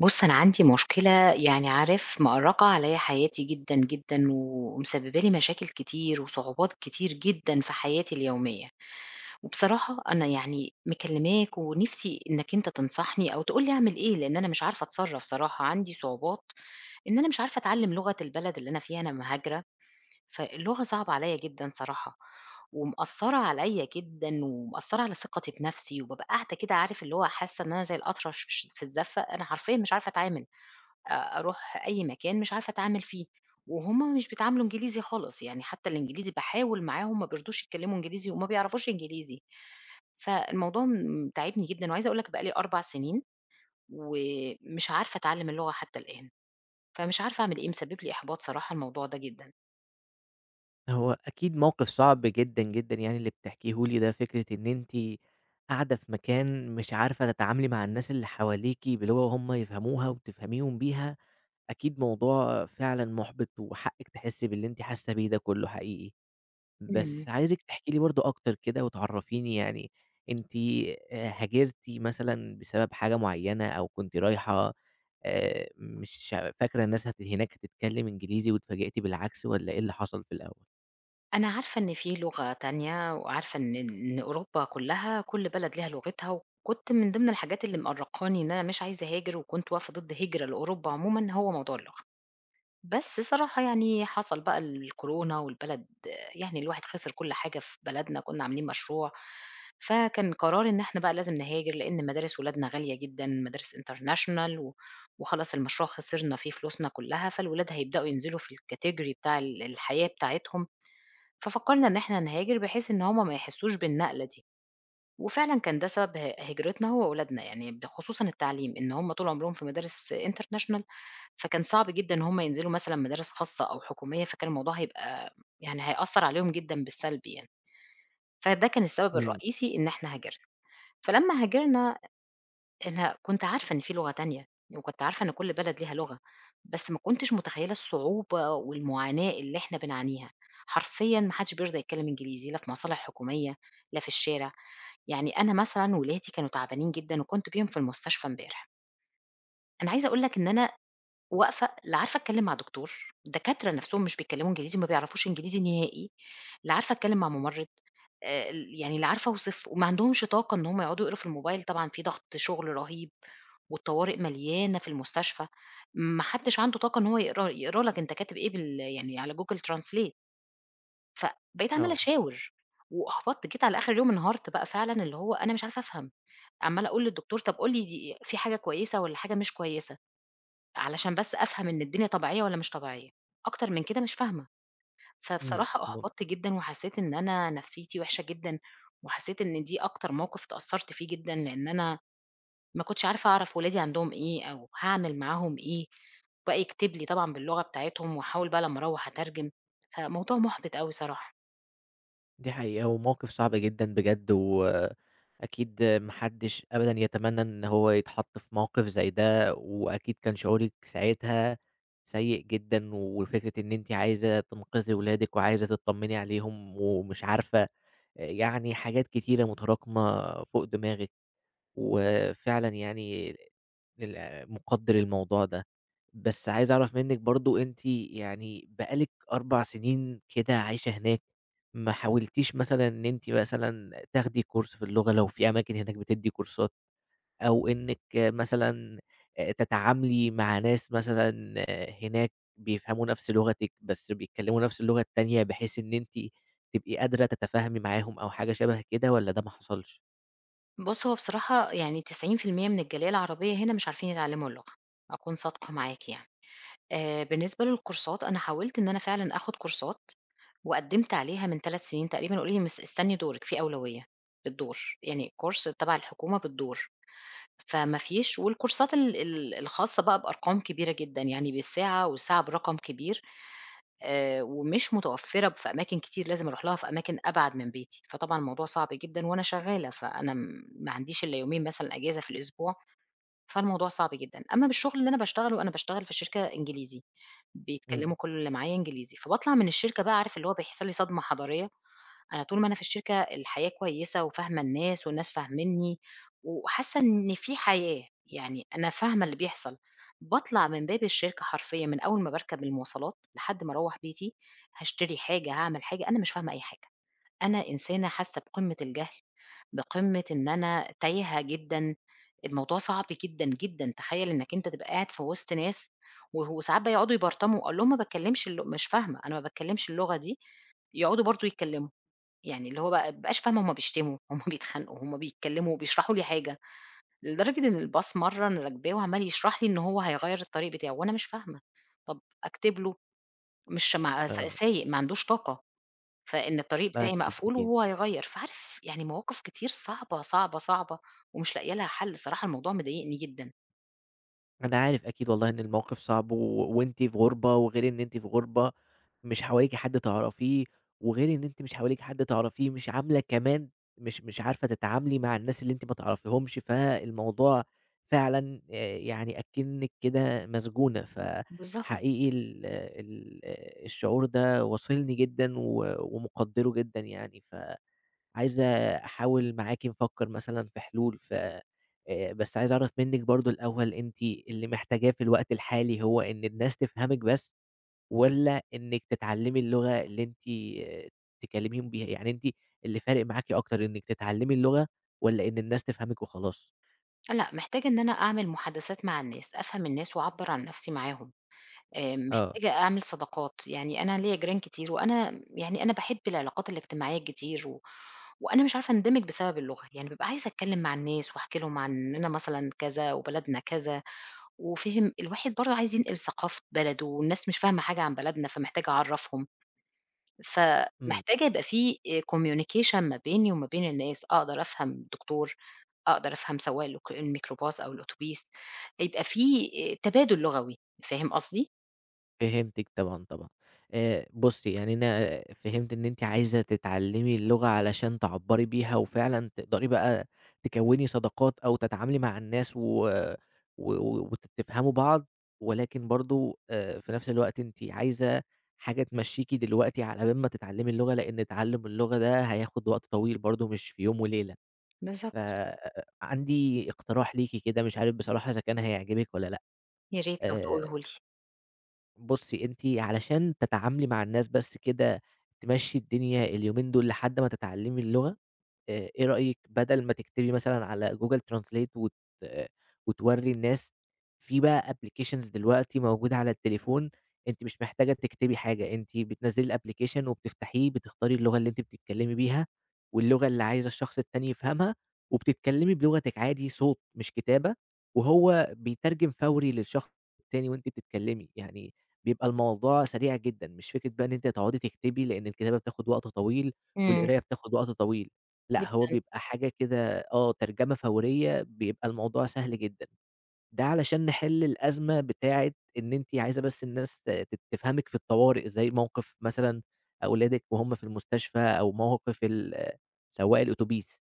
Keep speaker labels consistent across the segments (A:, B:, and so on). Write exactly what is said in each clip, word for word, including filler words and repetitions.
A: بُص، أنا عندي مشكلة يعني عارف مأرّقة عليّا حياتي جدًا، جدًا، ومسببة لي مشاكل كتير وصعوبات كتير جدًا في حياتي اليومية، وبصراحة أنا يعني مكلّماك ونِفْسي إنّك أنت تنصحني أو تقول لي أعمل إيه، لإن أنا مش عارفة أتصرّف صراحة، عندي صعوبات إن أنا مش عارفة أتعلّم لغة البلد اللي أنا فيها، أنا مهاجرة فاللغة صعبة عليّا جدًا صراحة، ومأثّرة عليّا جدًا، ومأثّرة على ثقتي بنفسي، وبابقى قاعدة كده عارف اللي هو حاسة إن أنا زي الأطرش فش في الزفة، أنا حرفيًا مش عارفة أتعامل، أ أروح أي مكان مش عارفة أتعامل فيه، وهُم مش بيتعاملوا إنجليزي خالص، يعني حتى الإنجليزي باحاول معاهم ما بيرضوش يتكلموا إنجليزي، وما بيعرفوش إنجليزي، فالموضوع م تاعبني جدًا، وعايزة أقول لك بقى لي 4 سنين، ومش عارفة أتعلم اللغة حتى الآن، فمش عارفة أعمل إيه، مسبب لي إحباط صراحة الموضوع ده جدًا.
B: هو أكيد موقف صعب جدًا، جدًا يعني اللي بتحكيه لي ده، فكرة إن أنتِ قاعدة في مكان مش عارفة تتعاملي مع الناس اللي حواليكِ بلغة هم يفهموها وتفهميهم بيها، أكيد موضوع فعلًا مُحبِط وحقِّك تحسّي باللي أنتِ حاسة بيه ده كُلّه حقيقي.
A: إمم.
B: بس عايزِك تحكي لي برضه أكتر كده وتعرّفيني يعني أنتِ آآ هاجرتِ مثلًا بسبب حاجة معيّنة أو كنتِ رايحة، آآ مش فاكرة الناس هت هناك هتتكلّم إنجليزي واتفاجئتِ بالعكس والّا إيه اللي حصل في الأول؟
A: أنا عارفة إن في لغة تانية وعارفة إن إن أوروبا كلّها كل بلد ليها لغتها، وكنت من ضمن الحاجات اللي مأرّقاني إن أنا مش عايزة أهاجر وكنت واقفة ضد هجرة لأوروبا عمومًا هو موضوع اللغة. بس صراحة يعني حصل بقى الكورونا والبلد يعني الواحد خسر كل حاجة في بلدنا، كُنّا عاملين مشروع، فكان قرار إن إحنا بقى لازم نهاجر لإن مدارس ولادنا غالية جدًا، مدارس international و وخلاص المشروع خسرنا فيه فلوسنا كلّها، فالولاد هيبدأوا ينزلوا في الcategory بتاع ال الحياة بتاعتهم. ففكرنا إن إحنا نهاجر بحيث إن هُم ما يحسّوش بالنقلة دي، وفعلًا كان ده سبب ه هجرتنا هو وولادنا، يعني ب خصوصًا التعليم، إن هُم طول عمرهم في مدارس international فكان صعب جدًا إن هُم ينزلوا مثلًا مدارس خاصة أو حكومية، فكان الموضوع هيبقى يعني هيأثّر عليهم جدًا بالسلب يعني، فده كان السبب
B: إمم،
A: الرئيسي إن إحنا هاجرنا، فلمّا هاجرنا أنا كنت عارفة إن في لغة تانية، وكنت عارفة إن كل بلد ليها لغة، بس ما كنتش متخيّلة الصعوبة والمعاناة اللي إحنا بنعانيها، حرفيًا ما حدش بيرضى يتكلّم إنجليزي لا في مصالح حكومية، لا في الشارع، يعني أنا مثلًا ولادي كانوا تعبانين جدًا وكنت بيهم في المستشفى امبارح، أنا عايزة أقول لك إن أنا واقفة لا عارفة أتكلّم مع دكتور، الدكاترة نَفْسهم مش بيتكلّموا إنجليزي، ما بيعرفوش إنجليزي نهائي، لا عارفة أتكلّم مع مُمرِّض، آآ ال يعني لا عارفة أوصف وما عندهمش طاقة إن هم يقعدوا يقروا في الموبايل، طبعًا في ضغط شُغل رهيب والطوارئ مليانة في المستشفى، ما حدّش عنده طاقة إن هو يقرا يقرا لك أنت كاتب إيه بال يعني على Google translate، فبقيت عمّالة
B: آه.
A: أشاور وأحبطت، جيت على آخر اليوم انهارت بقى فعلًا، اللي هو أنا مش عارفة أفهم، عمّالة أقول للدكتور طَب قُل لي دي في حاجة كويسة والّا حاجة مش كويسة. علشان بس أفهم إن الدنيا طبيعية والّا مش طبيعية، أكتر من كده مش فاهمة،
B: إمم،
A: فبصراحة
B: م
A: أُحبطت جدًا وحسيت إن أنا نفسيتي وحشة جدًا، وحسيت إن دي أكتر موقف اتأثّرت فيه جدًا، لإن أنا ما كنتش عارفة أعرف ولادي عندهم إيه أو هاعمل معاهم إيه، وبقى يكتب لي طبعًا باللغة بتاعتهم واحاول بقى لمّا أروّح أترجم، فموضوع مُحبط أوي صراحة.
B: دي حقيقة ومواقف صعبة جدًا بجد، وأكيد ما حدش أبدًا يتمنى إن هو يتحط في موقف زي ده، وأكيد كان شعورِك ساعتها سيء جدًا، وفكرة إن أنتِ عايزة تنقذي ولادِك وعايزة تطمني عليهم ومش عارفة، يعني حاجات كتيرة متراكمة فوق دماغِك. وفعلًا يعني ال مُقدّر الموضوع ده. بس عايز أعرف منِّك برضه أنتِ يعني بقى لِك أربع سنين كده عايشة هناك، ما حاولتيش مثلًا إن أنتِ مثلًا تاخدي كورس في اللغة لو في أماكن هناك بتدّي كورسات، أو إنِّك مثلًا آآ تتعاملي مع ناس مثلًا هناك بيفهموا نَفْس لغتِك، بس بيتكلّموا نَفْس اللغة التانية بحيث إن أنتِ تبقي قادرة تتفاهمي معاهم أو حاجة شبه كده والّا ده ما حصلش؟
A: بُص، هو بصراحة يعني تسعين في المية من الجالية العربية هنا مش عارفين يتعلموا اللغة، أكون صادقة معاك يعني. آآ بالنسبة للكورسات، أنا حاولت إن أنا فعلًا آخُد كورسات وقدّمت عليها من 3 سنين تقريبًا، قالوا لي مس استني دورِك، في أولوية بالدور، يعني كورس تبع الحكومة بالدور، فما فيش والكورسات ال ال الخاصة بقى بأرقام كبيرة جدًا، يعني بالساعة والساعة برقم كبير آآ، ومش متوفرة في أماكن كتير، لازم أروح لها في أماكن أبعد من بيتي، فطبعًا الموضوع صعب جدًا وأنا شغّالة، فأنا م ما عنديش إلا يومين مثلًا أجازة في الأسبوع، فالموضوع صعب جدًا. أمّا بالشغل اللي أنا باشتغله، أنا باشتغل في شركة إنجليزي،
B: إمم،
A: بيتكلموا كل اللي معايا إنجليزي، فباطلع من الشركة بقى عارف اللي هو بيحصل لي صدمة حضارية، أنا طول ما أنا في الشركة الحياة كويسة وفاهمة الناس والناس فاهمينّي، وحاسة إن في حياة، يعني أنا فاهمة اللي بيحصل، باطلع من باب الشركة حرفيًا من أول ما باركب المواصلات لحد ما أروّح بيتي، هاشتري حاجة، هاعمل حاجة، أنا مش فاهمة أي حاجة، أنا إنسانة حاسة بقمة الجهل، بقمة إن أنا تايهة جدًا، الموضوع صعب جدًا، جدًا، تخيّل إنّك أنت تبقى قاعد في وسط ناس و وساعات بقى يقعدوا يبرطموا، أقول لهم ما باتكلمش الل مش فاهمة، أنا ما باتكلمش اللغة دي، يقعدوا برضه يتكلموا. يعني اللي هو بقى ما بابقاش فاهمة هُم بيشتموا، هُم بيتخانقوا، هُم بيتكلموا، بيشرحوا لي حاجة، لدرجة إن الباص مرّة أنا راكباه وعمّال يشرح لي إن هو هيغيّر الطريق بتاعه وأنا مش فاهمة، طَب أكتب له مش مع س
B: آه،
A: سايق ما عندوش طاقة، فإن الطريق
B: ده
A: بتاعي
B: أكيد،
A: مقفول
B: أكيد.
A: وهو هيغيّر، فعارف يعني مواقف كتير صعبة، صعبة، صعبة ومش لاقية لها حل، صراحة الموضوع مضايقني جدًا.
B: أنا عارف أكيد والله إن الموقف صعب، و وأنتِ في غُربة، وغير إن أنتِ في غُربة مش حواليكِ حد تعرفيه، وغير إن أنتِ مش حواليكِ حد تعرفيه، مش عاملة كمان مش مش عارفة تتعاملي مع الناس اللي أنتِ ما تعرفيهمش، فالموضوع فعلًا آآ يعني أكنِّك كده مسجونة،
A: بالضبط.
B: فحقيقي ال ال الشعور ده واصلني جدًا و ومقدّره جدًا يعني ف عايز أحاول معاكِ نفكّر مثلًا في حلول، ف آآ بس عايز أعرف منِّك برضه الأول أنتِ اللي محتاجاه في الوقت الحالي هو إن الناس تفهمِك بس والّا إنِّك تتعلّمي اللغة اللي أنتِ، آه، تكلّميهم بيها؟ يعني أنتِ اللي فارق معاكِ أكتر إنِّك تتعلّمي اللغة والّا إن الناس تفهمِك وخلاص؟
A: لأ، محتاجة إن أنا أعمل محادثات مع الناس، أفهم الناس وأعبّر عن نَفْسي معاهم. آآ
B: آه.
A: محتاجة أعمل صداقات، يعني أنا ليّا جيران كتير وأنا يعني أنا باحب العلاقات الاجتماعية كتير و وأنا مش عارفة أندمج بسبب اللغة، يعني بابقى عايزة أتكلّم مع الناس وأحكي لهم عننا مثلًا كذا وبلدنا كذا، وفهم الواحد برضه عايز ينقل ثقافة بلده والناس مش فاهمة حاجة عن بلدنا، فمحتاجة أعرّفهم،
B: إمم.
A: فمحتاجة يبقى في آآ communication ما بيني وما بين الناس، أقدر أفهم الدكتور، أقدر أفهم سواق الك الميكروباص أو الأوتوبيس، يبقى في آآ تبادل لغوي، فاهم قصدي؟
B: فهمتِك طبعًا، طبعًا. آآ بُصّي، يعني أنا فهمت إن أنتِ عايزة تتعلّمي اللغة علشان تعبّري بيها وفعلًا تقدري بقى تكوّني صداقات أو تتعاملي مع الناس و و وت تفهموا بعض، ولكن برضه آآ في نفس الوقت أنتِ عايزة حاجة تمشّيكِ دلوقتي على بال ما تتعلّمي اللغة، لإن تعلُّم اللغة ده هياخُد وقت طويل برضه مش في يوم وليلة. ف
A: بالضبط.
B: عندي اقتراح ليكِ كده مش عارف بصراحة إذا كان هيعجبِك والّا لأ.
A: يا ريت لو
B: آآ
A: تقوله لي.
B: بُصّي، أنتِ علشان تتعاملي مع الناس بس كده تمشّي الدنيا اليومين دول لحد ما تتعلّمي اللغة، آآ إيه رأيِك بدل ما تكتبي مثلًا على Google Translate وت آه، وتورّي الناس، في بقى applications دلوقتي موجودة على التليفون، أنتِ مش محتاجة تكتبي حاجة، أنتِ بتنزّلي الapplication وبتفتحيه، بتختاري اللغة اللي أنتِ بتتكلمي بيها، واللغة اللي عايزة الشخص التاني يفهمها، وبتتكلمي بلغتِك عادي صوت مش كتابة، وهو بيترجم فوري للشخص التاني وأنتِ بتتكلمي، يعني بيبقى الموضوع سريع جدًا، مش فكرة بقى إن أنتِ هتقعدي تكتبي، لإن الكتابة بتاخد وقت طويل
A: إمم.
B: والقراية بتاخد وقت طويل. لأ، هو
A: جدًا،
B: بيبقى حاجة كده آه، ترجمة فورية بيبقى الموضوع سهل جدًا، ده علشان نحل الأزمة بتاعة إن أنتِ عايزة بس الناس ت تفهمِك في الطوارئ، زي موقف مثلًا أولادِك وهُم في المستشفى أو موقف ال سواق الأوتوبيس،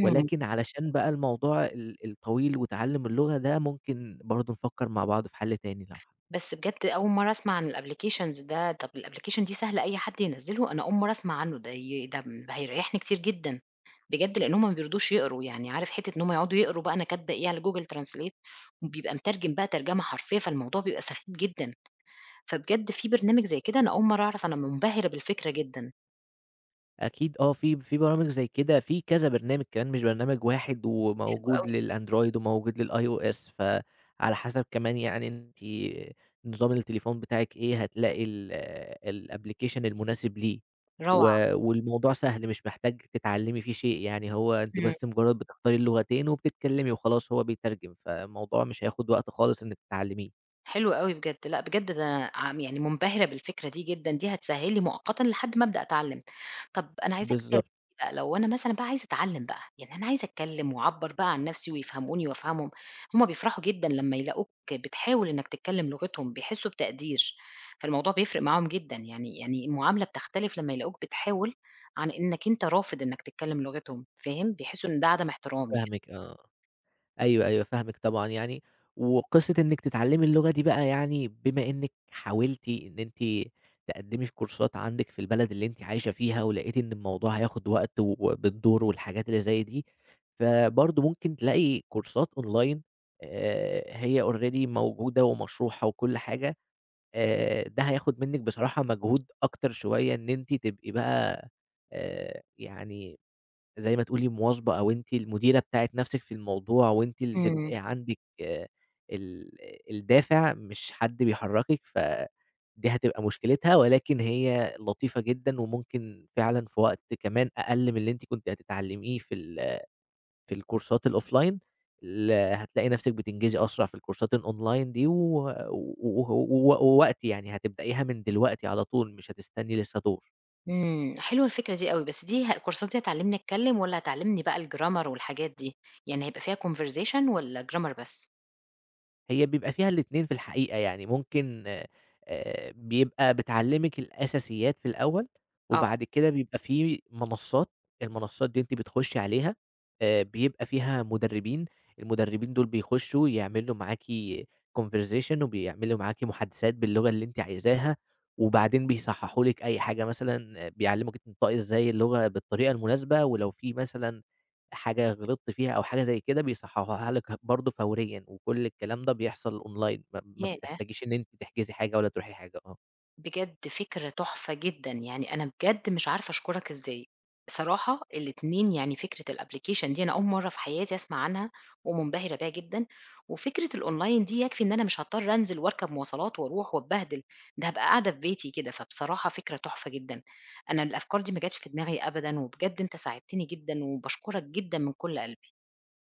A: إمم.
B: علشان بقى الموضوع ال الطويل وتعلُّم اللغة ده ممكن برضه نفكّر مع بعض في حل تاني لو
A: بس بجد أول مرّة أسمع عن الapplications ده، طب الapplication دي سهلة أي حد ينزّله؟ أنا أول مرّة أسمع عنّه ده ي ده م هيريّحني كتير جدًا، بجد لإن هُم ما بيرضوش يقروا، يعني عارف حتّة إن هُم يقعدوا يقروا بقى أنا كاتبة إيه على Google translate وبيبقى مترجم بقى ترجمة حرفية، فالموضوع بيبقى سخيف جدًا، فبجد في برنامج زي كده أنا أول مرّة أعرف، أنا منبهرة بالفكرة جدًا،
B: أكيد آه، في في برامج زي كده، في كذا برنامج كمان مش برنامج واحد،
A: حلو
B: وموجود
A: أوي،
B: للأندرويد وموجود للiOS، فعلى حسب كمان يعني أنتِ نظام التليفون بتاعِك إيه، هتلاقي ال الapplication المناسب ليه، و
A: روعة.
B: والموضوع سهل مش محتاج تتعلمي فيه شيء، يعني هو أنتِ
A: إمم.
B: بس مجرد بتختاري اللغتين وبتتكلمي وخلاص هو بيترجم، فالموضوع مش هياخد وقت خالص إنِك تتعلميه.
A: حلو أوي بجد، لأ بجد ده أنا عم يعني مُنبهرة بالفكرة دي جدًا، دي هتسهِّل لي مؤقتًا لحد ما أبدأ أتعلّم. طب أنا عايزاك بقى
B: بالضبط،
A: لو أنا مثلًا بقى عايزة أتعلّم بقى، يعني أنا عايزة أتكلّم وأعبّر بقى عن نَفْسي ويفهموني وأفهمهم، هُم بيفرحوا جدًا لمّا يلاقوك بتحاول إنّك تتكلّم لغتهم، بيحسّوا بتقدير، فالموضوع بيفرق معاهم جدًا، يعني يعني المعاملة بتختلف لمّا يلاقوك بتحاول عن إنّك أنت رافض إنّك تتكلّم لغتهم، فاهم؟ بيحسّوا إن ده عدم احترام يعني.
B: فاهمِك أيوه، أيوه فاهمِك طبعًا يعني، وقصة إنِّك تتعلّمي اللغة دي بقى يعني بما إنِّك حاولتِ إن أنتِ تقدّمي في كورسات عندِك في البلد اللي أنتِ عايشة فيها، ولقيتِ إن الموضوع هياخد وقت وبالدور والحاجات اللي زي دي، فبرضه ممكن تلاقي كورسات أونلاين، آآ هي already موجودة ومشروحة وكل حاجة، آآ ده هياخد منِّك بصراحة مجهود أكتر شوية إن أنتِ تبقي بقى آآ يعني زي ما تقولي مواظبة أو أنتِ المديرة بتاعة نفسِك في الموضوع، وأنتِ اللي
A: إمم.
B: تبقي عندِك آه، ال الدافع مش حد بيحركِك، فدي هتبقى مشكلتها، ولكن هي لطيفة جدًا، وممكن فعلًا في وقت كمان أقل من اللي أنتِ كنتِ هتتعلميه في ال في الكورسات الoffline، ال هتلاقي نفسِك بتنجزي أسرع في الكورسات الonline دي، و و و ووقتي يعني هتبدأيها من دلوقتي على طول، مش هتستني لسه دور.
A: إمم، حلوة الفكرة دي أوي، بس دي ه الكورسات دي هتعلّمني أتكلّم والّا هتعلّمني بقى الgrammar والحاجات دي؟ يعني هيبقى فيها conversation والّا grammar بس؟
B: هي بيبقى فيها الاتنين في الحقيقة، يعني ممكن آآ بيبقى بتعلّمِك الأساسيات في الأول،
A: آه،
B: وبعد كده بيبقى في منصّات، المنصّات دي أنتِ بتخشّي عليها آآ بيبقى فيها مُدرّبين، المُدرّبين دول بيخشّوا يعملوا معاكِ conversation وبيعملوا معاكِ محادثات باللغة اللي أنتِ عايزاها، وبعدين بيصحّحوا لِك أي حاجة مثلًا آه، بيعلّموكِ تنطقي إزاي اللغة بالطريقة المناسبة، ولو في مثلًا حاجة غلطت فيها أو حاجة زي كده بيصحّحوها لِك برضه فوريًا، وكل الكلام ده بيحصل أونلاين ما ما
A: ياه!
B: بتحتاجيش إن أنتِ تحجزي حاجة ولا تروحي حاجة آه.
A: بجد فكرة تحفة جدًا، يعني أنا بجد مش عارفة أشكرك إزاي. بصراحة الاتنين يعني فكرة الapplication دي أنا أول مرّة في حياتي أسمع عنها ومنبهرة بيها جدًا، وفكرة الأونلاين دي يكفي إن أنا مش هاضطر أنزل وأركب مواصلات وأروح وأتبهدل، ده هابقى قاعدة في بيتي كده، فبصراحة فكرة تحفة جدًا. أنا الأفكار دي ما جاتش في دماغي أبدًا، وبجد أنت ساعدتني جدًا وباشكرك جدًا من كل قلبي،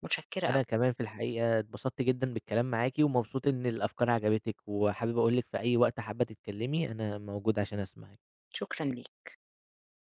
A: متشكرة أوي،
B: أنا كمان في الحقيقة اتبسطت جدًا بالكلام معاكِ، ومبسوط إن الأفكار عجبتِك، وحابب أقول لِك في أي وقت حابة تتكلمي أنا موجود عشان أسمعِك.
A: شكرًا ليك.